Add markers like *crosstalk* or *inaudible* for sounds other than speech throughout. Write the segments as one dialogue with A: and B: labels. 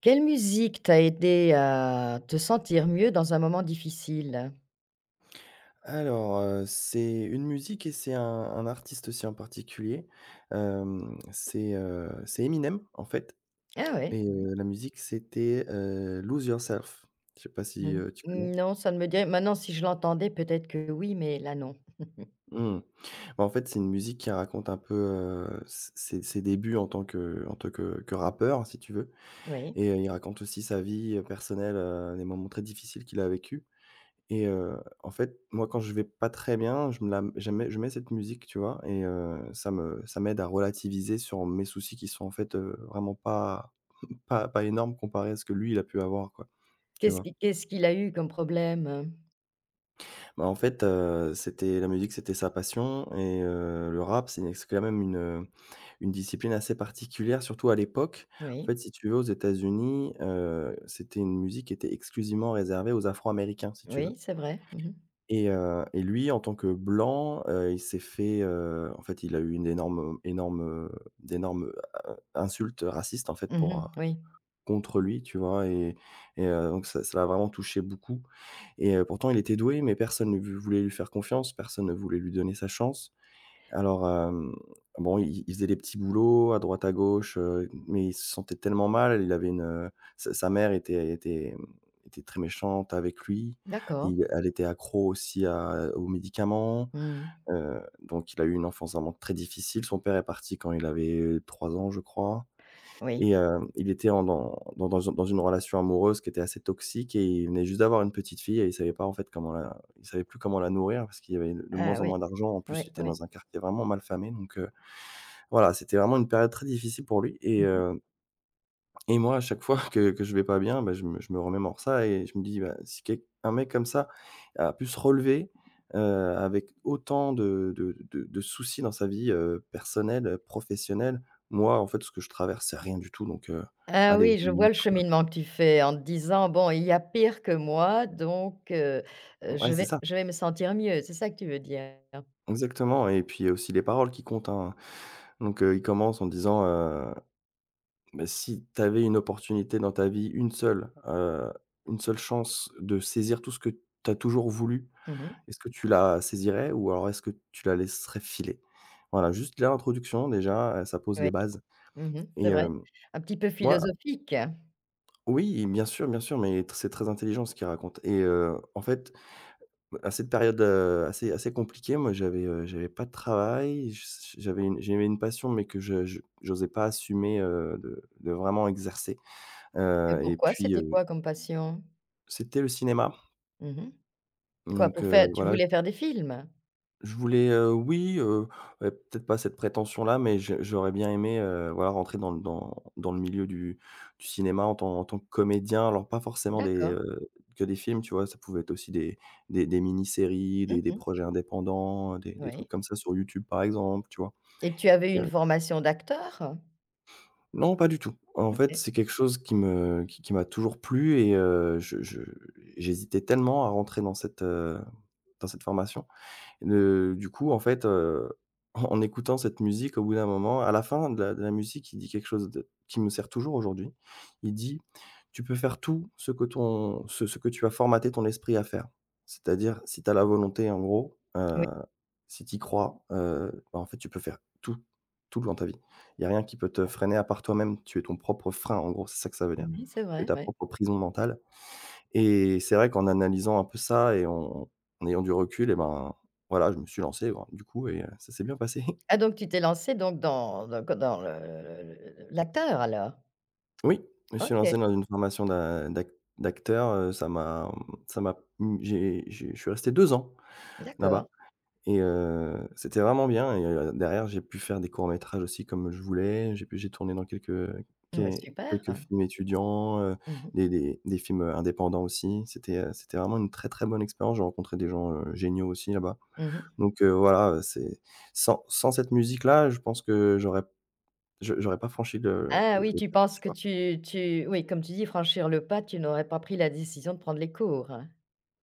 A: Quelle musique t'a aidé à te sentir mieux dans un moment difficile?
B: Alors, c'est une musique et c'est un artiste aussi en particulier. C'est Eminem, en fait,
A: Ah ouais?
B: et la musique, c'était, Lose Yourself. Je sais pas si,
A: Mmh.
B: tu connais?
A: Non, ça ne me dirait maintenant si je l'entendais peut-être que oui, mais là non. *laughs*
B: Mmh. Bah, en fait, c'est une musique qui raconte un peu, s ses ses débuts en tant que rappeur, si tu veux,
A: Oui.
B: et il raconte aussi sa vie, personnelle, les moments très difficiles qu'il a vécu. Et en fait, moi, quand je vais pas très bien, je me la je mets cette musique, tu vois? Et ça m'aide à relativiser sur mes soucis qui sont, en fait, vraiment pas *laughs* pas énormes comparé à ce que lui, il a pu avoir, quoi, tu
A: Qu'est-ce
B: vois?
A: qui qu'est-ce qu'il a eu comme problème?
B: Bah, en fait, c'était la musique, c'était sa passion, et le rap, c'est quand même une discipline assez particulière, surtout à l'époque. En
A: Oui,
B: fait, si tu veux, aux États-Unis, c'était une musique qui était exclusivement réservée aux Afro-Américains, si tu veux.
A: oui, c'est vrai. Mmh mh.
B: Et lui, en tant que blanc, il s'est fait, en fait, il a eu heu, d'énormes, insultes racistes, en fait, pour,
A: Mmh oui.
B: contre lui, tu vois? Donc ça l'a vraiment touché beaucoup, et pourtant il était doué, mais personne ne v voulait lui faire confiance, personne ne voulait lui donner sa chance. Alors, bon, il faisait des petits boulots à droite à gauche, mais il se sentait tellement mal. Il avait une, sa sa mère était très méchante avec lui.
A: D'accord.
B: Il elle était accro aussi à aux médicaments,
A: Mmh.
B: donc il a eu une enfance vraiment très difficile. Son père est parti quand il avait 3 ans, je crois.
A: Oui.
B: Et il était en dans dans dans dans une relation amoureuse qui était assez toxique, et il venait juste d'avoir une petite fille et il savait pas en fait comment la il savait plus comment la nourrir parce qu'il y avait de
A: Ah
B: moins en
A: oui.
B: moins d'argent. En
A: Oui,
B: plus, il était
A: oui.
B: dans un quartier vraiment mal famé, donc voilà, c'était vraiment une période très difficile pour lui. et
A: Mmh.
B: heu et moi, à chaque fois que je vais pas bien, bah, je me remémore ça et je me dis: «Bah, si quel un mec comme ça a pu se relever, heu, avec autant de soucis dans sa vie, personnelle, professionnelle, moi, en fait, ce que je traverse, c'est rien du tout, donc
A: Ah
B: allez, je
A: oui,
B: vais
A: je
B: me
A: vois
B: mettre,
A: le cheminement que tu fais en te disant: «Bon, il y a pire que moi donc
B: ouais, c'est ça,
A: je vais me sentir mieux», c'est ça que tu veux dire?
B: exactement.» Et puis, il y a aussi les paroles qui comptent, hein. Donc il commence en disant, «Bah, si tu avais une opportunité dans ta vie, une seule chance de saisir tout ce que tu as toujours voulu,
A: Mmh
B: est-ce que tu la saisirais ou alors est-ce que tu la laisserais filer?» Voilà, juste l'introduction déjà, ça pose les bases.
A: Mmh mh.
B: Et
A: C'est vrai. Un petit peu
B: moi,
A: philosophique, hein.
B: oui, bien sûr, mais tr c'est très intelligent ce qu'il raconte. Et en fait, à cette période, assez compliquée, moi j'avais, j'avais pas de travail, j'avais une passion mais que je j'osais pas assumer, de vraiment exercer,
A: Et
B: et
A: pourquoi?
B: puis,
A: C'était quoi comme passion?
B: c'était le cinéma,
A: Mmh mh. Quoi,
B: donc
A: pour faire, tu
B: voilà.
A: voulais faire des films?
B: Je voulais, oui, ouais, peut-être pas cette prétention-là, mais je j'aurais bien aimé, voilà, rentrer dans le dans dans le milieu du cinéma en tant que comédien. Alors pas forcément
A: D'accord.
B: que des films, tu vois? Ça pouvait être aussi des mini-séries, des
A: Mmh
B: des
A: mh.
B: projets indépendants, des trucs
A: Oui.
B: comme ça sur YouTube, par exemple, tu vois?
A: Et tu avais eu
B: Et
A: une formation d'acteur?
B: non, pas du tout. En fait,
A: OK.
B: c'est quelque chose qui me qui m'a toujours plu, et je j'hésitais tellement à rentrer dans dans cette formation. Du coup, en fait, en écoutant cette musique, au bout d'un moment, à la fin de la musique, il dit quelque chose de qui me sert toujours aujourd'hui. Il dit: «Tu peux faire tout ce que ton ce ce que tu as formaté ton esprit à faire». C'est-à-dire, si tu as la volonté, en gros,
A: Oui.
B: si tu y crois, bah, en fait, tu peux faire tout, tout dans ta vie. Il y a rien qui peut te freiner à part toi-même. Tu es ton propre frein, en gros, c'est ça que ça veut dire.
A: Oui, c'est
B: Tu es
A: vrai,
B: ta
A: oui.
B: propre prison mentale. Et c'est vrai qu'en analysant un peu ça et en ayant du recul, et ben, voilà, je me suis lancé, ben, du coup, et ça s'est bien passé.
A: Ah,
B: *laughs*
A: donc tu t'es lancé donc dans dans co dans le l'acteur alors?
B: Oui, je me suis
A: OK.
B: lancé dans une formation d'acteur, ça m'a mmh, j'ai je suis resté 2 ans là-bas,
A: D'accord.
B: et c'était vraiment bien. Et derrière, j'ai pu faire des courts métrages aussi comme je voulais. J'ai tourné dans
A: Ah bah, super.
B: quelques films étudiants,
A: Mmh mh.
B: des films indépendants aussi. C'était vraiment une très, très bonne expérience. J'ai rencontré des gens, géniaux aussi là-bas.
A: Mmh mh.
B: Donc voilà, c'est sans cette musique-là, je pense que j'aurais pas franchi le
A: Ah
B: le
A: oui,
B: le
A: tu
B: cap,
A: penses
B: tu
A: que
B: vois?
A: tu oui, comme tu dis, franchir le pas, tu n'aurais pas pris la décision de prendre les cours?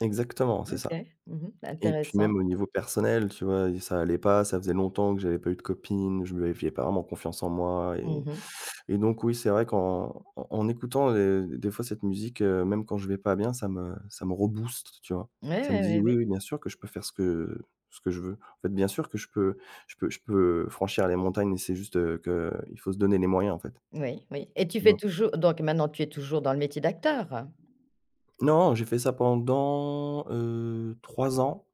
B: Exactement, c'est
A: OK.
B: ça.
A: Mmh mh.
B: Et puis
A: Intéressant.
B: même au niveau personnel, tu vois? Et ça allait pas, ça faisait longtemps que j'avais pas eu de copine, je me faisais pas vraiment confiance en moi.
A: Mmh
B: et
A: mh.
B: et donc oui, c'est vrai qu'en écoutant, des fois cette musique, même quand je vais pas bien, ça me rebooste, tu vois?
A: Oui
B: Ça me
A: oui
B: dit:
A: oui
B: «Oui,
A: oui.
B: oui, bien sûr que je peux faire ce que je veux. En fait, bien sûr que je peux franchir les montagnes», et c'est juste, qu'il faut se donner les moyens, en fait.
A: Oui, oui et tu
B: Tu
A: fais
B: vois?
A: toujours, donc maintenant tu es toujours dans le métier d'acteur?
B: Non, j'ai fait ça pendant, 3 ans.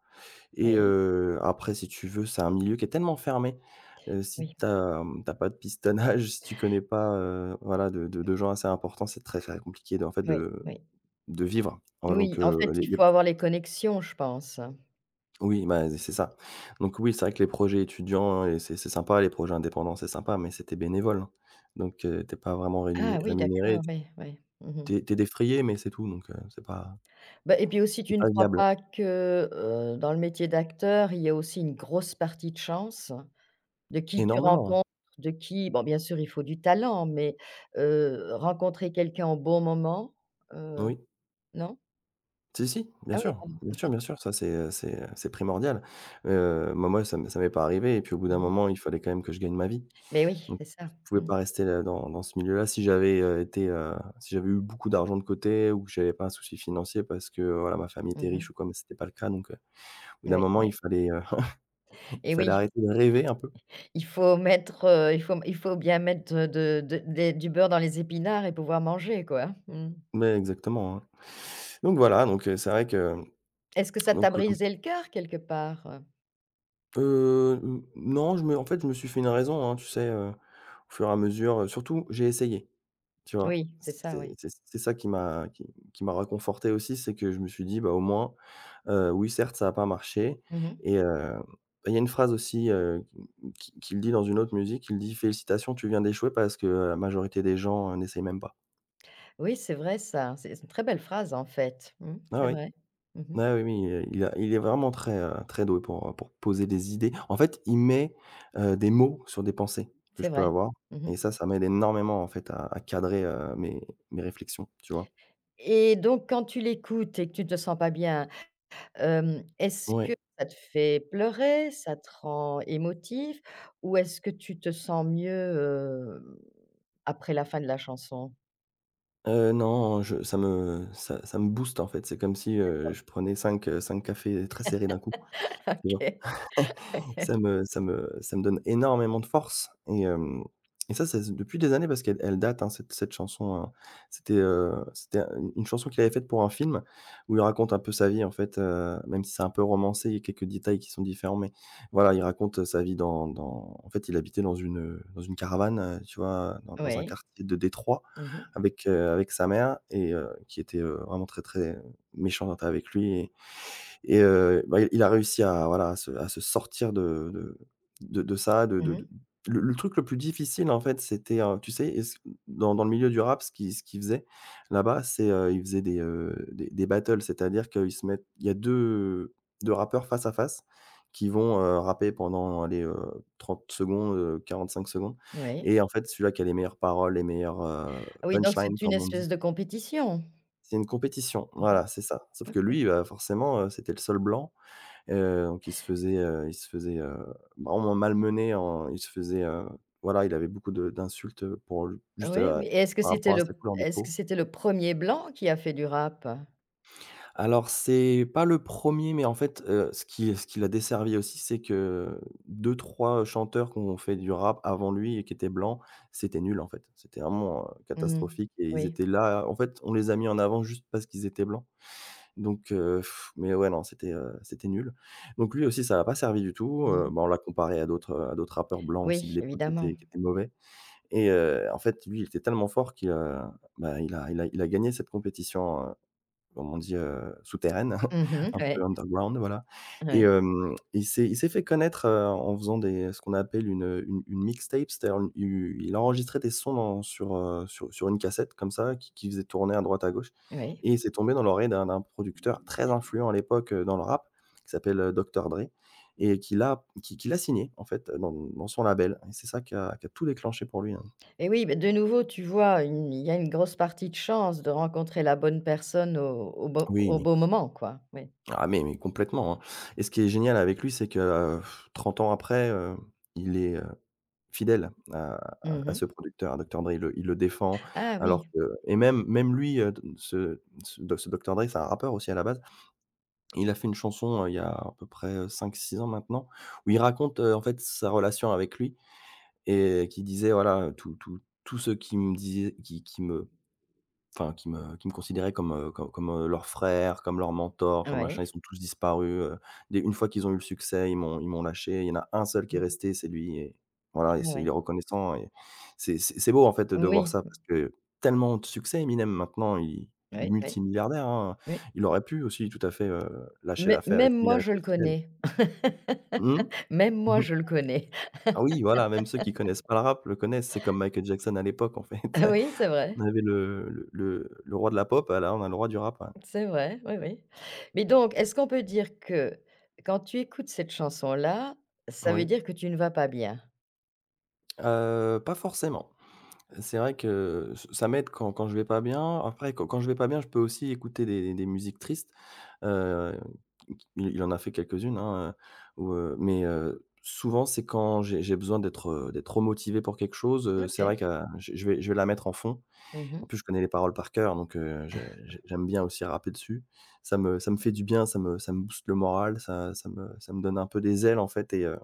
B: Et
A: Oui,
B: après, si tu veux, c'est un milieu qui est tellement fermé, si
A: oui,
B: tu as, pas de pistonnage, *laughs* si tu connais pas, voilà, de gens assez importants, c'est très, très compliqué de en fait
A: oui, oui.
B: de vivre. Voilà, donc
A: Oui, en fait, il
B: les
A: faut
B: pro
A: avoir les connexions, je pense.
B: oui, bah, c'est ça. Donc oui, c'est vrai que les projets étudiants, c'est sympa, les projets indépendants, c'est sympa, mais c'était bénévole, hein. Donc tu pas vraiment rénumé
A: Ah oui,
B: rémunéré,
A: d'accord, oui, oui. Mmh.
B: t'es es défrayé, mais c'est tout. Donc
A: Bah et puis aussi,
B: c'était
A: tu ne
B: pas
A: crois
B: viable.
A: pas que, dans le métier d'acteur, il y a aussi une grosse partie de chance? De qui tu
B: Énormément, hein.
A: rencontres, de qui bon, bien sûr, il faut du talent, mais rencontrer quelqu'un au bon moment, heu,
B: Oui.
A: non?
B: Si, si, bien
A: Ah oui,
B: sûr,
A: pardon.
B: bien sûr, bien sûr, c'est primordial. Moi, ça m'est pas arrivé, et puis au bout d'un
A: Mmh.
B: moment, il fallait quand même que je gagne ma vie.
A: Mais oui,
B: Donc
A: c'est
B: je
A: ça.
B: pouvais
A: Mmh.
B: pas rester là dans ce milieu-là. Si j'avais eu beaucoup d'argent de côté ou que j'avais pas un souci financier, parce que, voilà, ma famille était
A: Mmh.
B: riche ou quoi, mais c'était pas le cas, donc, au bout d'un
A: Oui,
B: moment,
A: oui.
B: *laughs* il
A: Et
B: fallait
A: oui,
B: arrêter de rêver un peu.
A: il faut mettre, il faut bien mettre de des du beurre dans les épinards et pouvoir manger, quoi, hein. Mmh.
B: Mais exactement, hein. Donc voilà, donc, c'est vrai que
A: Est-ce que ça
B: donc,
A: t'a brisé le cœur quelque part, heu?
B: n non, je me suis fait une raison, hein, tu sais, au fur et à mesure, surtout j'ai essayé. Tu vois?
A: Oui, c'est ça,
B: C'est
A: oui.
B: c'est c'est ça qui m'a réconforté aussi, c'est que je me suis dit: «Bah, au moins, oui, certes, ça a pas marché.»
A: Mmh.
B: Et bah, il y a une phrase aussi, qui qu'il dit dans une autre musique, il dit: «Félicitations, tu viens d'échouer parce que la majorité des gens, n'essayent même pas».
A: Oui, c'est vrai ça, c'est une très belle phrase en fait. Mmh,
B: Ah
A: c'est
B: oui,
A: vrai. Mmh.
B: ah oui, oui, il est vraiment très, très doué pour poser des idées. En fait, il met, des mots sur des pensées que
A: C'est
B: je peux
A: vrai.
B: avoir,
A: Mmh.
B: et ça m'aide énormément, en fait, à cadrer, mes réflexions, tu vois?
A: Et donc quand tu l'écoutes et que tu ne te sens pas bien, hem, est-ce
B: Oui.
A: que ça te fait pleurer? Ça te rend émotif? Ou est-ce que tu te sens mieux, après la fin de la chanson?
B: Non, je ça me booste en fait. C'est comme si, je prenais 5 5 cafés très serrés d'un coup, tu vois?
A: *laughs*
B: *laughs* Ça me donne énormément de force. Et hem et ça, c'est depuis des années, parce qu'elle date, hein, cette chanson, hein. C'était une chanson qu'il avait faite pour un film où il raconte un peu sa vie, en fait, même si c'est un peu romancé, il y a quelques détails qui sont différents, mais voilà, il raconte, sa vie dans dans en fait, il habitait dans une caravane, tu vois? Dans un
A: Oui.
B: quartier de Détroit
A: Mmh mh.
B: avec, avec sa mère et qui était, vraiment très, très méchante avec lui et bah, il a réussi à voilà, à se à se sortir de ça, de
A: Mmh.
B: le truc le plus difficile, en fait, c'était, tu sais, est ce dans le milieu du rap, ce qu'il faisait là-bas, c'est, il faisait des, des battles, c'est-à-dire qu'ils se mettent il y a 2 rappeurs face à face qui vont, rapper pendant les trente 30 secondes, 45 secondes
A: Oui.
B: et en fait, celui-là qui a les meilleures paroles, les meilleures,
A: Ah oui, donc
B: punchlines,
A: c'est une
B: comme on dit.
A: espèce de compétition?
B: C'est une compétition,
A: Mmh.
B: voilà, c'est ça. Sauf que
A: OK.
B: lui, bah, forcément, c'était le seul blanc. Donc il se faisait, vraiment malmener en il se faisait, voilà, il avait beaucoup de d'insultes, pour l juste,
A: Oui, oui, et est-ce que
B: par
A: c'était
B: rapport à sa
A: le
B: couleur de
A: est-ce que
B: peau.
A: c'était le premier blanc qui a fait du rap?
B: Alors c'est pas le premier, mais en fait, ce qui l'a desservi aussi, c'est que deux trois chanteurs qui ont fait du rap avant lui et qui étaient blancs, c'était nul en fait. C'était vraiment,
A: Mmh.
B: catastrophique et ils
A: Oui.
B: étaient là en fait, on les a mis en avant juste parce qu'ils étaient blancs. Donc mais ouais, non, c'était, c'était nul. Donc lui aussi, ça a pas servi du tout,
A: Mmh.
B: bah, on l'a comparé à d'autres rappeurs blancs aussi
A: Oui,
B: de l'époque
A: évidemment.
B: qui étaient mauvais et en fait, lui, il était tellement fort bah, il a il a gagné cette compétition, comme on dit, souterraine,
A: Mmh oui.
B: *laughs* un peu
A: Ouais.
B: underground, voilà. Et
A: Ouais.
B: il s'est fait connaître, en faisant des ce qu'on appelle une, une mixtape, c'est-à-dire une u il enregistrait des sons en sur, sur une cassette comme ça, qui faisait tourner à droite à gauche
A: Oui.
B: et il s'est tombé dans l'oreille d'un producteur très influent à l'époque, dans le rap, qui s'appelle, Dr Dre et qui l'a signé en fait, dans son label et c'est ça qui a tout déclenché pour lui, hein.
A: Et oui, mais de nouveau, tu vois, une il y a une grosse partie de chance de rencontrer la bonne personne au au
B: Oui.
A: bon moment, quoi. Oui.
B: Ah mais complètement, hein. Et ce qui est génial avec lui, c'est que, 30 ans après, il est, fidèle à à
A: Mmh.
B: ce producteur, à Dr Dre. Il le défend
A: Ah
B: alors
A: oui.
B: que et même même lui, ce Dr Dre, c'est un rappeur aussi à la base. Il a fait une chanson, il y a à peu près, 5 6 ans maintenant, où il raconte, en fait, sa relation avec lui et qui disait voilà, «Tout tout ce qui me disait qui me enfin, qui me considéraient comme, comme leur frère, comme leur mentor, comme
A: Oui.
B: machin. Ils sont tous disparus, dès une fois qu'ils ont eu le succès, ils m'ont lâché. Il y en a un seul qui est
A: Mmh.
B: resté, c'est lui et
A: Ah
B: voilà et c'est il est
A: oui.
B: reconnaissant et c'est c'est beau, en fait, de voir
A: Oui.
B: ça parce que tellement de succès Eminem maintenant, il
A: Oui, oui,
B: multimilliardaire, hein.
A: oui.
B: Il aurait pu aussi tout à fait, lâcher
A: Mais
B: l'affaire et
A: même
B: tout, mais il est
A: moi, je
B: resté
A: le
B: fidèle.
A: connais.
B: Mmh mh.
A: Même moi,
B: Mmh *laughs*
A: je le connais. *laughs*
B: Ah oui, voilà, même ceux qui connaissent pas le rap le connaissent. C'est comme Michael Jackson à l'époque, en fait.
A: Oui,
B: *laughs* On avait le le roi de la pop, ah là, on a le roi du rap, ouais.
A: c'est vrai, oui, oui. Mais donc, est-ce qu'on peut dire que quand tu écoutes cette chanson-là, ça veut
B: Oui,
A: dire que tu ne vas pas bien?
B: pas forcément. C'est vrai que ç ça m'aide quand je vais pas bien. Après quand je vais pas bien, je peux aussi écouter des musiques tristes, heu, il en a fait quelques-unes, hein, mais, souvent c'est quand j'ai besoin d'être, d'être remotivé pour quelque chose, c'est
A: OK.
B: vrai que, je vais la mettre en fond. En
A: Mmh.
B: plus, je connais les paroles par cœur, donc j'aime bien aussi rapper dessus. Ça me fait du bien, ça me booste le moral, ça me donne un peu des ailes, en fait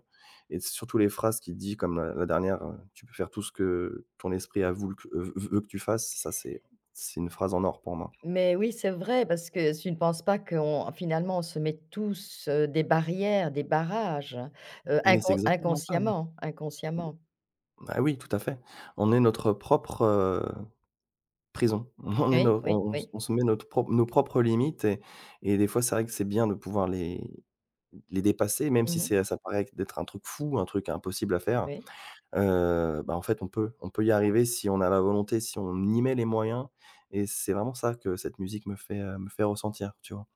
B: et surtout les phrases qu'il dit comme la dernière, «Tu peux faire tout ce que ton esprit a voulu que v veut que tu fasses». Ça, c'est une phrase en or pour moi.
A: Mais oui, c'est vrai, parce que tu ne penses pas qu'on finalement, on se met tous, des barrières, des barrages,
B: Mais c'est exactement ça, oui.
A: inconsciemment, inconsciemment.
B: Ah oui, tout à fait. On est notre propre, prison. *laughs* On est
A: Oui,
B: nos
A: oui, oui.
B: on se met notre propre nos propres limites et des fois, c'est vrai que c'est bien de pouvoir les dépasser, même si
A: Mmh.
B: c'est ça paraît d'être un truc fou, un truc impossible à faire.
A: Oui.
B: Bah, en fait, on peut y arriver si on a la volonté, si on y met les moyens et c'est vraiment ça que cette musique me fait ressentir, tu vois?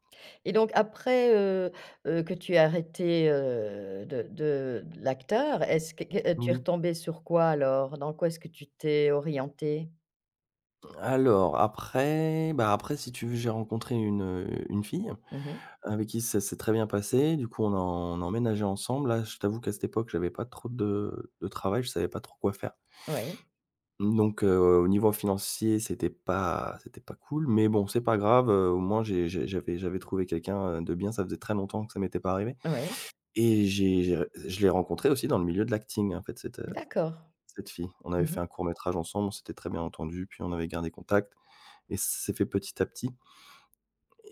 A: Et donc après, que tu aies arrêté, de l'acteur, est-ce que tu es
B: Oui.
A: retombée sur quoi alors? Dans quoi est-ce que tu t'es orientée?
B: Alors après, bah, après si tu veux, j'ai rencontré une fille.
A: Mmh mh.
B: Avec qui ça s'est très bien passé. Du coup, on a emménagé ensemble. Là, je t'avoue qu'à cette époque, j'avais pas trop de travail, je savais pas trop quoi faire.
A: Oui,
B: Donc, au niveau financier, c'était pas cool, mais bon, c'est pas grave, au moins j'avais trouvé quelqu'un, de bien. Ça faisait très longtemps que ça m'était pas arrivé
A: oui.
B: et j'ai je l'ai rencontrée aussi dans le milieu de l'acting, en fait, cette,
A: D'accord.
B: cette fille. On
A: Mmh
B: avait
A: mh.
B: fait un court métrage ensemble, on s'était très bien entendu. Puis on avait gardé contact et ça s'est fait petit à petit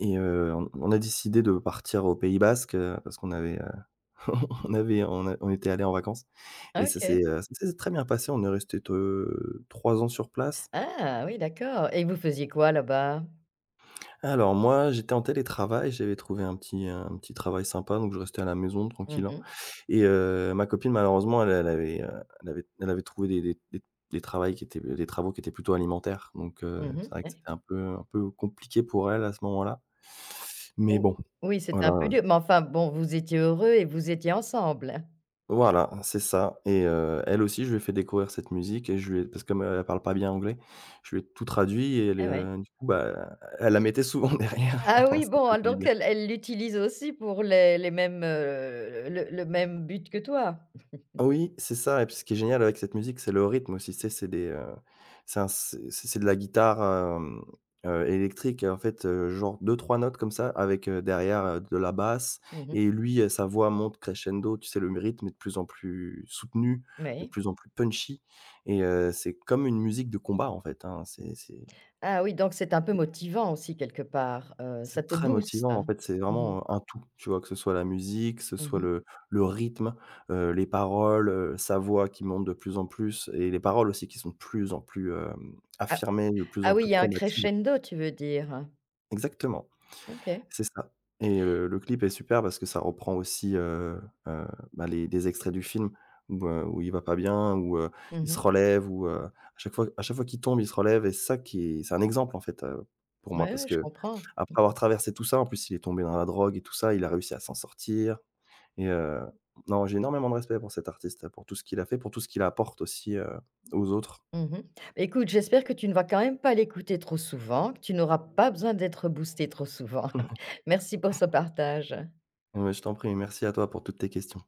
B: et on a décidé de partir au Pays basque, parce qu'on avait, *laughs* on avait on était allés en vacances et
A: OK.
B: ça s'est très bien passé. On est resté 3 ans sur place.
A: Ah oui, d'accord, et vous faisiez quoi là-bas?
B: Alors moi, j'étais en télétravail, j'avais trouvé un petit travail sympa, donc je restais à la maison
A: Mmh
B: tranquillement
A: mh.
B: et ma copine malheureusement, elle avait, elle avait trouvé des travails qui étaient des travaux qui étaient plutôt alimentaires, donc
A: Mmh
B: c'est
A: mh.
B: vrai que
A: Ouais.
B: c'était un peu compliqué pour elle à ce moment-là. Mais
A: Ou
B: bon,
A: oui, c'était un peu
B: voilà.
A: dur, mais enfin bon, vous étiez heureux et vous étiez ensemble?
B: Voilà, c'est ça et elle aussi, je lui ai fait découvrir cette musique et je lui ai parce que comme elle parle pas bien anglais, je lui ai tout traduit et elle,
A: Ah ouais.
B: du coup, bah, elle la mettait souvent *laughs* derrière.
A: Ah
B: *laughs* Ça
A: oui, bon,
B: faisait
A: alors
B: du
A: donc
B: bien.
A: elle elle l'utilise aussi pour les mêmes, le même but que toi?
B: Ah oui, c'est ça et puis ce qui est génial avec cette musique, c'est le rythme aussi, tu sais? C'est des, c'est un c'est de la guitare, électrique en fait, genre deux trois notes comme ça avec, derrière, de la basse
A: Mmh mh.
B: et lui, sa voix monte crescendo, tu sais? Le rythme est de plus en plus soutenu, de
A: Oui.
B: plus en plus punchy et c'est comme une musique de combat en fait, hein, c'est
A: Ah oui, donc c'est un peu motivant aussi quelque part, ça
B: C'est
A: te
B: très
A: booste?
B: motivant, en fait, c'est
A: Mmh mh.
B: vraiment, un tout, tu vois? Que ce soit la musique, que ce soit
A: Mmh.
B: le rythme, les paroles, sa voix qui monte de plus en plus et les paroles aussi qui sont de plus en plus,
A: Ah,
B: affirmées, de plus en
A: ah oui,
B: plus
A: il y a un
B: combatives.
A: crescendo, tu veux dire?
B: Exactement.
A: OK.
B: C'est ça et le clip est super parce que ça reprend aussi, heu, bah, les des extraits du film où, où il va pas bien, où, il se
A: Mmh.
B: relève, où, à chaque fois qu'il tombe, il se relève et c'est ça qui est c'est un exemple en fait, pour moi
A: Ouais,
B: parce
A: ouais, je
B: que
A: comprends.
B: après avoir traversé tout ça, en plus il est tombé dans la drogue et tout ça, il a réussi à s'en sortir et non, j'ai énormément de respect pour cet artiste, pour tout ce qu'il a fait, pour tout ce qu'il apporte aussi, aux autres.
A: Mmh. Écoute, j'espère que tu ne vas quand même pas l'écouter trop souvent, que tu n'auras pas besoin d'être boosté trop souvent. *laughs* Merci pour ce partage.
B: Ouais, je t'en prie, merci à toi pour toutes tes questions.